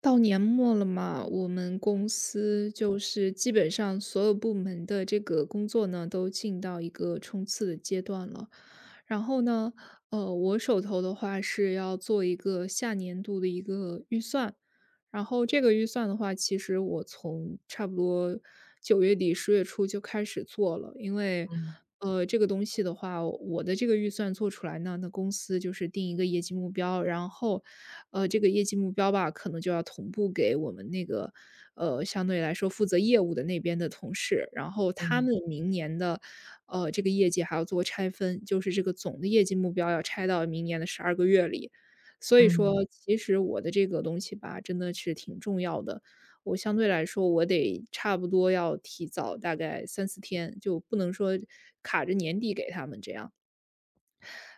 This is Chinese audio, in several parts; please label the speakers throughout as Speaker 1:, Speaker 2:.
Speaker 1: 到年末了嘛，我们公司就是基本上所有部门的这个工作呢，都进到一个冲刺的阶段了。然后呢，我手头的话是要做一个下年度的一个预算，然后这个预算的话，其实我从差不多九月底十月初就开始做了。因为，
Speaker 2: 嗯
Speaker 1: 这个东西的话，我的这个预算做出来呢，那公司就是定一个业绩目标，然后，这个业绩目标吧，可能就要同步给我们那个，相对来说负责业务的那边的同事，然后他
Speaker 2: 嗯
Speaker 1: 们明年的，这个业绩还要做拆分，就是这个总的业绩目标要拆到明年的12个月里。所以
Speaker 2: 嗯
Speaker 1: 说，其实我的这个东西吧，真的是挺重要的。我相对来说，我得差不多要提早大概三四天，就不能说卡着年底给他们这样。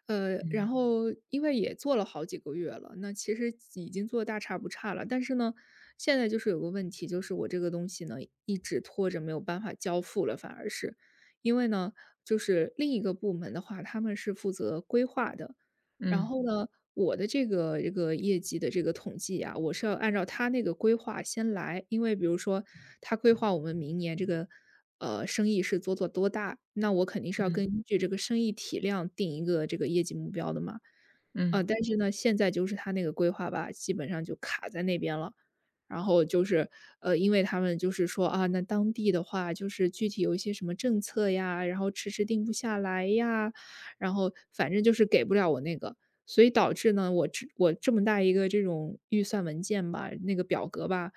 Speaker 1: 然
Speaker 2: 嗯
Speaker 1: 后因为也做了好几个月了，那其实已经做得大差不差了。但是呢，现在就是有个问题，就是我这个东西呢一直拖着没有办法交付了，反而是因为呢，就是另一个部门的话，他们是负责规划的，然
Speaker 2: 嗯
Speaker 1: 后呢，我的这个业绩的这个统计啊，我是要按照他那个规划先来，因为比如说他规划我们明年这个生意是做多大，那我肯定是要
Speaker 2: 嗯
Speaker 1: 根据这个生意体量定一个这个业绩目标的嘛。
Speaker 2: 嗯。
Speaker 1: 但是呢，现在就是他那个规划吧，基本上就卡在那边了。然后就是，因为他们就是说啊，那当地的话，就是具体有一些什么政策呀，然后迟迟定不下来呀，然后反正就是给不了我那个，所以导致呢，我这么大一个这种预算文件吧，那个表格吧，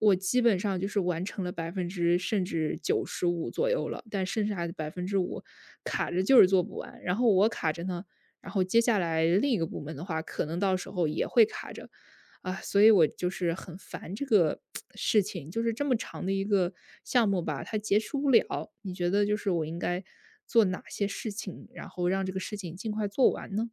Speaker 1: 我基本上就是完成了百分之甚至95左右了，但剩下的5%卡着就是做不完。然后我卡着呢，然后接下来另一个部门的话，可能到时候也会卡着。啊，所以我就是很烦这个 事情，就是这么长的一个项目吧，它结束不了。你觉得就是我应该做哪些事情，然后让这个事情尽快做完呢？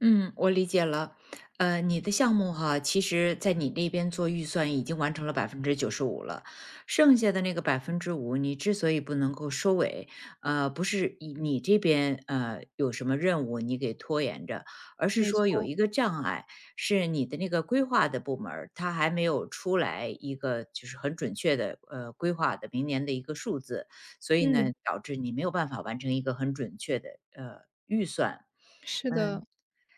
Speaker 2: 嗯，我理解了。你的项目哈，其实在你那边做预算已经完成了百分之九十五了，剩下的那个百分之五，你之所以不能够收尾，不是以你这边有什么任务你给拖延着，而是
Speaker 1: 没
Speaker 2: 说有
Speaker 1: 错，
Speaker 2: 一个障碍，是你的那个规划的部门儿，它还没有出来一个就是很准确的规划的明年的一个数字，所以呢，
Speaker 1: 嗯，
Speaker 2: 导致你没有办法完成一个很准确的预算。
Speaker 1: 是的，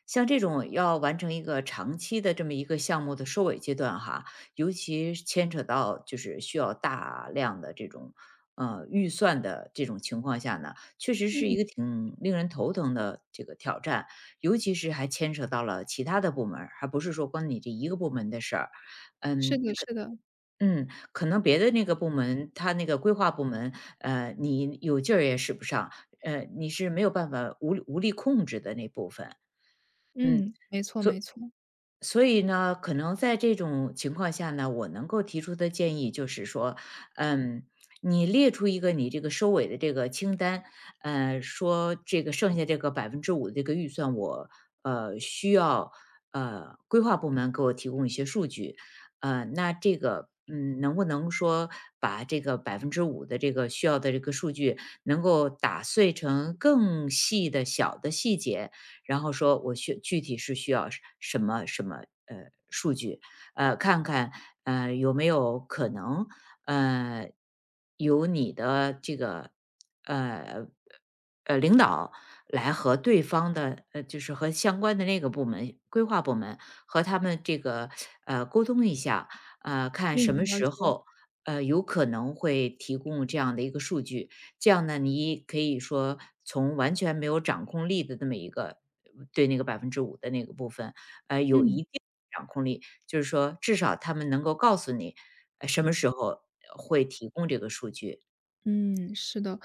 Speaker 2: 像这种要完成一个长期的这么一个项目的收尾阶段哈，尤其是牵扯到就是需要大量的这种预算的这种情况下呢，确实是一
Speaker 1: 嗯，
Speaker 2: 个挺令人头疼的这个挑战，尤其是还牵扯到了其他的部门儿，还不是说光你这一个部门的事儿，
Speaker 1: 是
Speaker 2: 嗯。
Speaker 1: 的，是的，
Speaker 2: 嗯，可能别的那个部门，他那个规划部门，你有劲儿也使不上，你是没有办法无力控制的那部分，嗯，
Speaker 1: 嗯，没错，
Speaker 2: 所
Speaker 1: 没错，
Speaker 2: 所以呢，可能在这种情况下呢，我能够提出的建议就是说，嗯，你列出一个你这个收尾的这个清单，说这个剩下这个百分之五的这个预算我，需要规划部门给我提供一些数据，那这个能不能说把这个百分之五的这个需要的这个数据，能够打碎成更细的小的细节，然后说我具体是需要什么呃数据，看看有没有可能呃由你的这个呃领导来和对方的就是和相关的那个部门规划部门和他们这个沟通一下，
Speaker 1: 嗯，
Speaker 2: 看什么
Speaker 1: 了
Speaker 2: 时
Speaker 1: 解，
Speaker 2: 候。有可能会提供这样的一个数据，这样呢，你可以说从完全没有掌控力的那么一个对那个百分之五的那个部分，有一
Speaker 1: 嗯。
Speaker 2: 定掌控力。就是说至少他们能够告诉你，什么时候会提供这个数据，
Speaker 1: 嗯，是的，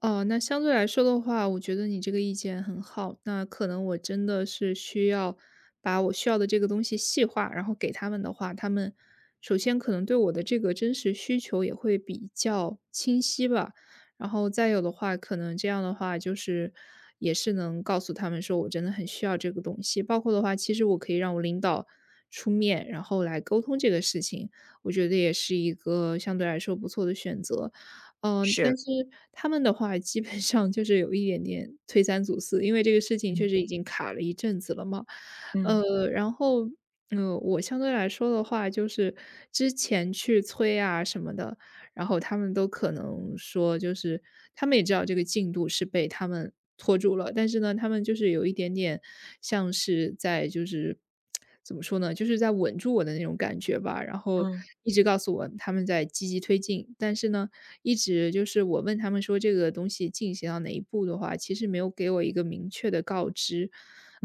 Speaker 1: 哦，那相对来说的话，我觉得你这个意见很好。那可能我真的是需要把我需要的这个东西细化，然后给他们的话，他们首先可能对我的这个真实需求也会比较清晰吧。然后再有的话，可能这样的话就是也是能告诉他们说我真的很需要这个东西。包括的话，其实我可以让我领导出面，然后来沟通这个事情，我觉得也是一个相对来说不错的选择。嗯，
Speaker 2: 是。
Speaker 1: 但是他们的话基本上就是有一点点推三阻四，因为这个事情确
Speaker 2: 嗯
Speaker 1: 实已经卡了一阵子了嘛。
Speaker 2: 嗯
Speaker 1: 呃，然后，嗯、我相对来说的话，就是之前去催啊什么的，然后他们都可能说，就是他们也知道这个进度是被他们拖住了，但是呢，他们就是有一点点像是在就是 怎么说呢，就是在稳住我的那种感觉吧。然后
Speaker 2: 嗯。
Speaker 1: 一直告诉我他们在积极推进，但是呢，一直就是我问他们说这个东西进行到哪一步的话，其实没有给我一个明确的告知。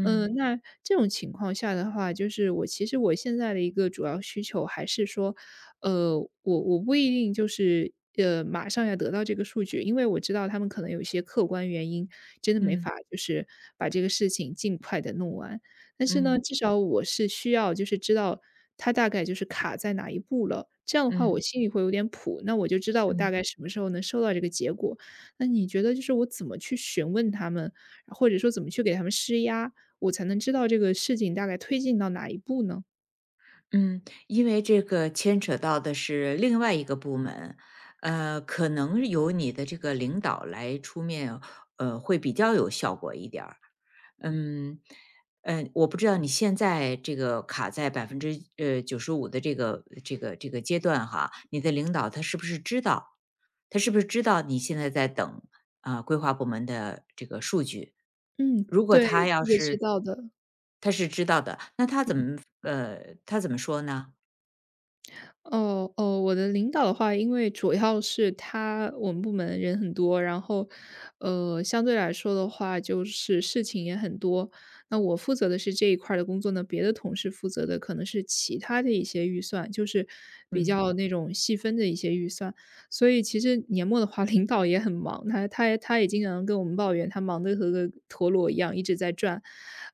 Speaker 1: 嗯，那这种情况下的话，就是我其实我现在的一个主要需求还是说，我不一定就是，马上要得到这个数据，因为我知道他们可能有一些客观原因，真的没
Speaker 2: 嗯
Speaker 1: 法就是把这个事情尽快的弄完。但是呢，
Speaker 2: 嗯
Speaker 1: 至少我是需要就是知道它大概就是卡在哪一步了，这样的话
Speaker 2: 嗯嗯
Speaker 1: 我心里会有点谱，那我就知道我大
Speaker 2: 嗯。
Speaker 1: 概什么时候能收到这个结果。那你觉得就是我怎么去询问他们，或者说怎么去给他们施压，我才能知道这个事情大概推进到哪一步呢？
Speaker 2: 嗯，因为这个牵扯到的是另外一个部门，可能由你的这个领导来出面，会比较有效果一点儿。嗯，我不知道你现在这个卡在百分之九十五的这个阶段哈，你的领导他是不是知道？他是不是知道你现在在等？啊，规划部门的这个数据。
Speaker 1: 嗯，
Speaker 2: 如果
Speaker 1: 对，
Speaker 2: 他要
Speaker 1: 这个知
Speaker 2: 是
Speaker 1: 道的。
Speaker 2: 他是知道的，那他怎么说呢？
Speaker 1: 哦哦，我的领导的话，因为主要是他我们部门人很多，然后，相对来说的话，就是事情也很多。那我负责的是这一块儿的工作呢，别的同事负责的可能是其他的一些预算，就是比
Speaker 2: 嗯
Speaker 1: 较那种细分的一些预算。所以其实年末的话，领导也很忙，他也经常跟我们抱怨，他忙得和个陀螺一样，一直在转。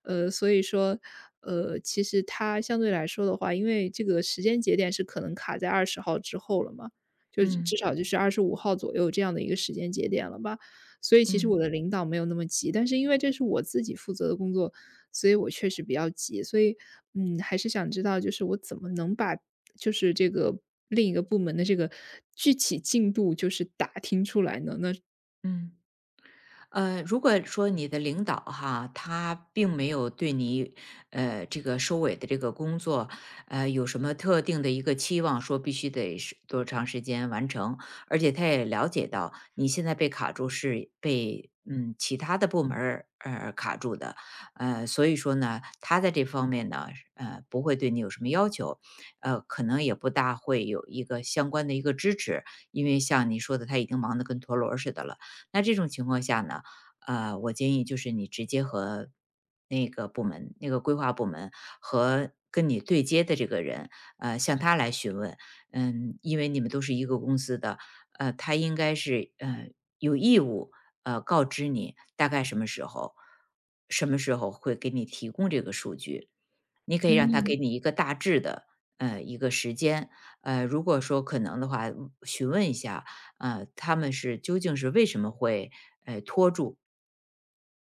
Speaker 1: 呃，所以说，呃，其实他相对来说的话，因为这个时间节点是可能卡在20号之后了嘛，就至
Speaker 2: 嗯
Speaker 1: 少就是25号左右这样的一个时间节点了吧。所以其实
Speaker 2: 嗯
Speaker 1: 我的领导没有那么急，但是因为这是我自己负责的工作，所以我确实比较急。所以，嗯，还是想知道，就是我怎么能把就是这个另一个部门的这个具体进度就是打听出来呢？那
Speaker 2: 嗯。如果说你的领导哈，他并没有对你，这个收尾的这个工作，有什么特定的一个期望，说必须得是多长时间完成，而且他也了解到你现在被卡住是被其他的部门儿卡住的，所以说呢，他在这方面呢，不会对你有什么要求，可能也不大会有一个相关的一个支持，因为像你说的，他已经忙得跟陀螺似的了。那这种情况下呢？我建议就是你直接和那个部门、那个规划部门和跟你对接的这个人，向他来询问。因为你们都是一个公司的，他应该是有义务告知你大概什么时候，什么时候会给你提供这个数据。你可以让他
Speaker 1: 嗯
Speaker 2: 给你一个大致的一个时间，如果说可能的话，询问一下，他们是究竟是为什么会拖住，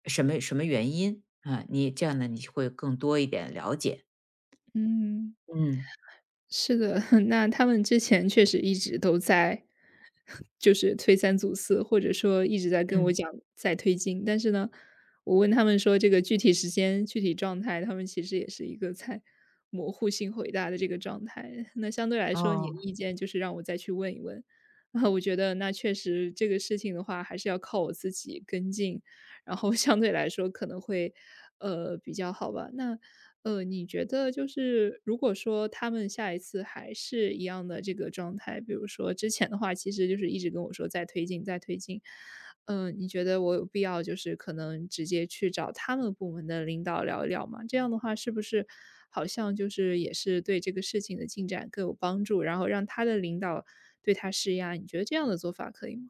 Speaker 2: 什么什么原因，啊，你这样呢，你会更多一点了解，
Speaker 1: 嗯。
Speaker 2: 嗯，
Speaker 1: 是的，那他们之前确实一直都在，就是推三阻四，或者说一直在跟我
Speaker 2: 嗯，
Speaker 1: 讲在推进。但是呢，我问他们说这个具体时间、具体状态，他们其实也是一个在模糊性回答的这个状态。那相对来说，你的
Speaker 2: 哦。
Speaker 1: 意见就是让我再去问一问。啊，我觉得那确实这个事情的话，还是要靠我自己跟进然后相对来说可能会，比较好吧。那，你觉得就是如果说他们下一次还是一样的这个状态，比如说之前的话，其实就是一直跟我说再推进再推进，嗯，你觉得我有必要就是可能直接去找他们部门的领导聊一聊吗？这样的话是不是好像就是也是对这个事情的进展更有帮助，然后让他的领导对他施压，你觉得这样的做法可以吗？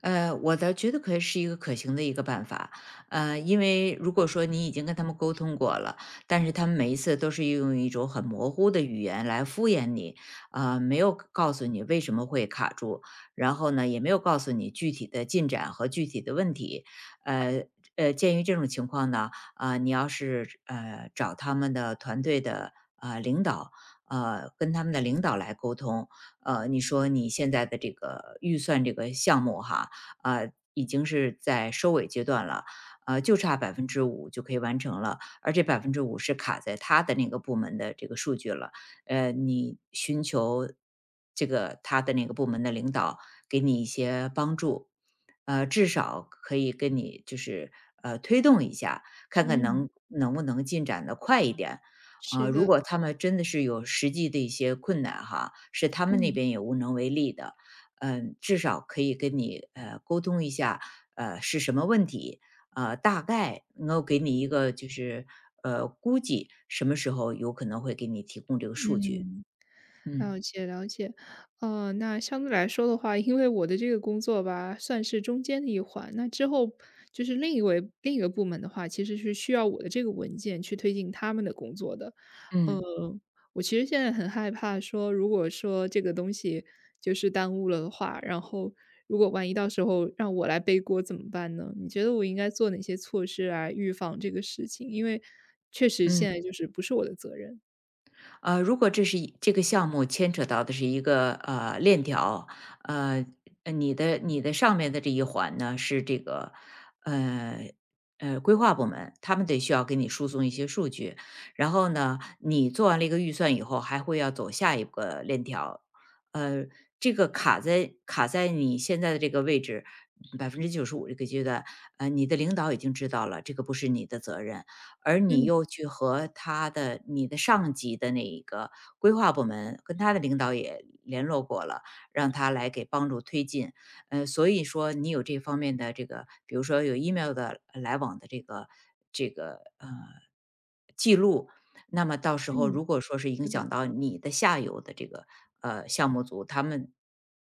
Speaker 2: 我倒觉得可以是一个可行的一个办法，因为如果说你已经跟他们沟通过了，但是他们每一次都是用一种很模糊的语言来敷衍你，啊、没有告诉你为什么会卡住，然后呢，也没有告诉你具体的进展和具体的问题，呃鉴于这种情况呢，啊、你要是找他们的团队的领导。跟他们的领导来沟通，你说你现在的这个预算这个项目哈，啊，已经是在收尾阶段了，啊，就差百分之五就可以完成了，而这百分之五是卡在他的那个部门的这个数据了。你寻求这个他的那个部门的领导给你一些帮助，至少可以跟你就是推动一下，看看
Speaker 1: 嗯，
Speaker 2: 能不能进展的快一点。啊、
Speaker 1: 是
Speaker 2: 如
Speaker 1: 的，
Speaker 2: 果他们真的是有实际的一些困难哈，是他们那
Speaker 1: 嗯。
Speaker 2: 边也无能为力的，至少可以跟你沟通一下，是什么问题，大概能够给你一个就是估计什么时候有可能会给你提供这个数据，嗯。
Speaker 1: 了解了解，那相对来说的话，因为我的这个工作吧，算是中间的一环，那之后就是另一个部门的话，其实是需要我的这个文件去推进他们的工作的。
Speaker 2: 嗯
Speaker 1: 嗯，我其实现在很害怕说，如果说这个东西就是耽误了的话，然后如果万一到时候让我来背锅怎么办呢？你觉得我应该做哪些措施来预防这个事情？因为确实现
Speaker 2: 嗯。
Speaker 1: 在就是不是我的责任。
Speaker 2: 如果这是一这个项目牵扯到的是一个链条，呃，你的上面的这一环呢是这个呃规划部门，他们得需要给你输送一些数据，然后呢，你做完了一个预算以后，还会要走下一个链条，呃，这个卡在你现在的这个位置百分之九十五这个阶段，你的领导已经知道了，这个不是你的责任，而你
Speaker 1: 嗯
Speaker 2: 又去和你的上级的那一个规划部门，跟他的领导也联络过了，让他来给帮助推进。所以说你有这方面的这个，比如说有 email 的来往的这个记录，那么到时候
Speaker 1: 嗯，
Speaker 2: 如果说是影
Speaker 1: 是的。
Speaker 2: 响到你的下游的这个项目组他们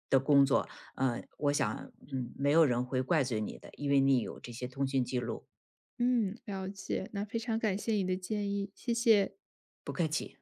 Speaker 2: 的工作，我想没有人会怪罪你的，因为你有这些通讯记录。
Speaker 1: 嗯，了解，那非常感谢你的建议，谢谢。
Speaker 2: 不客气。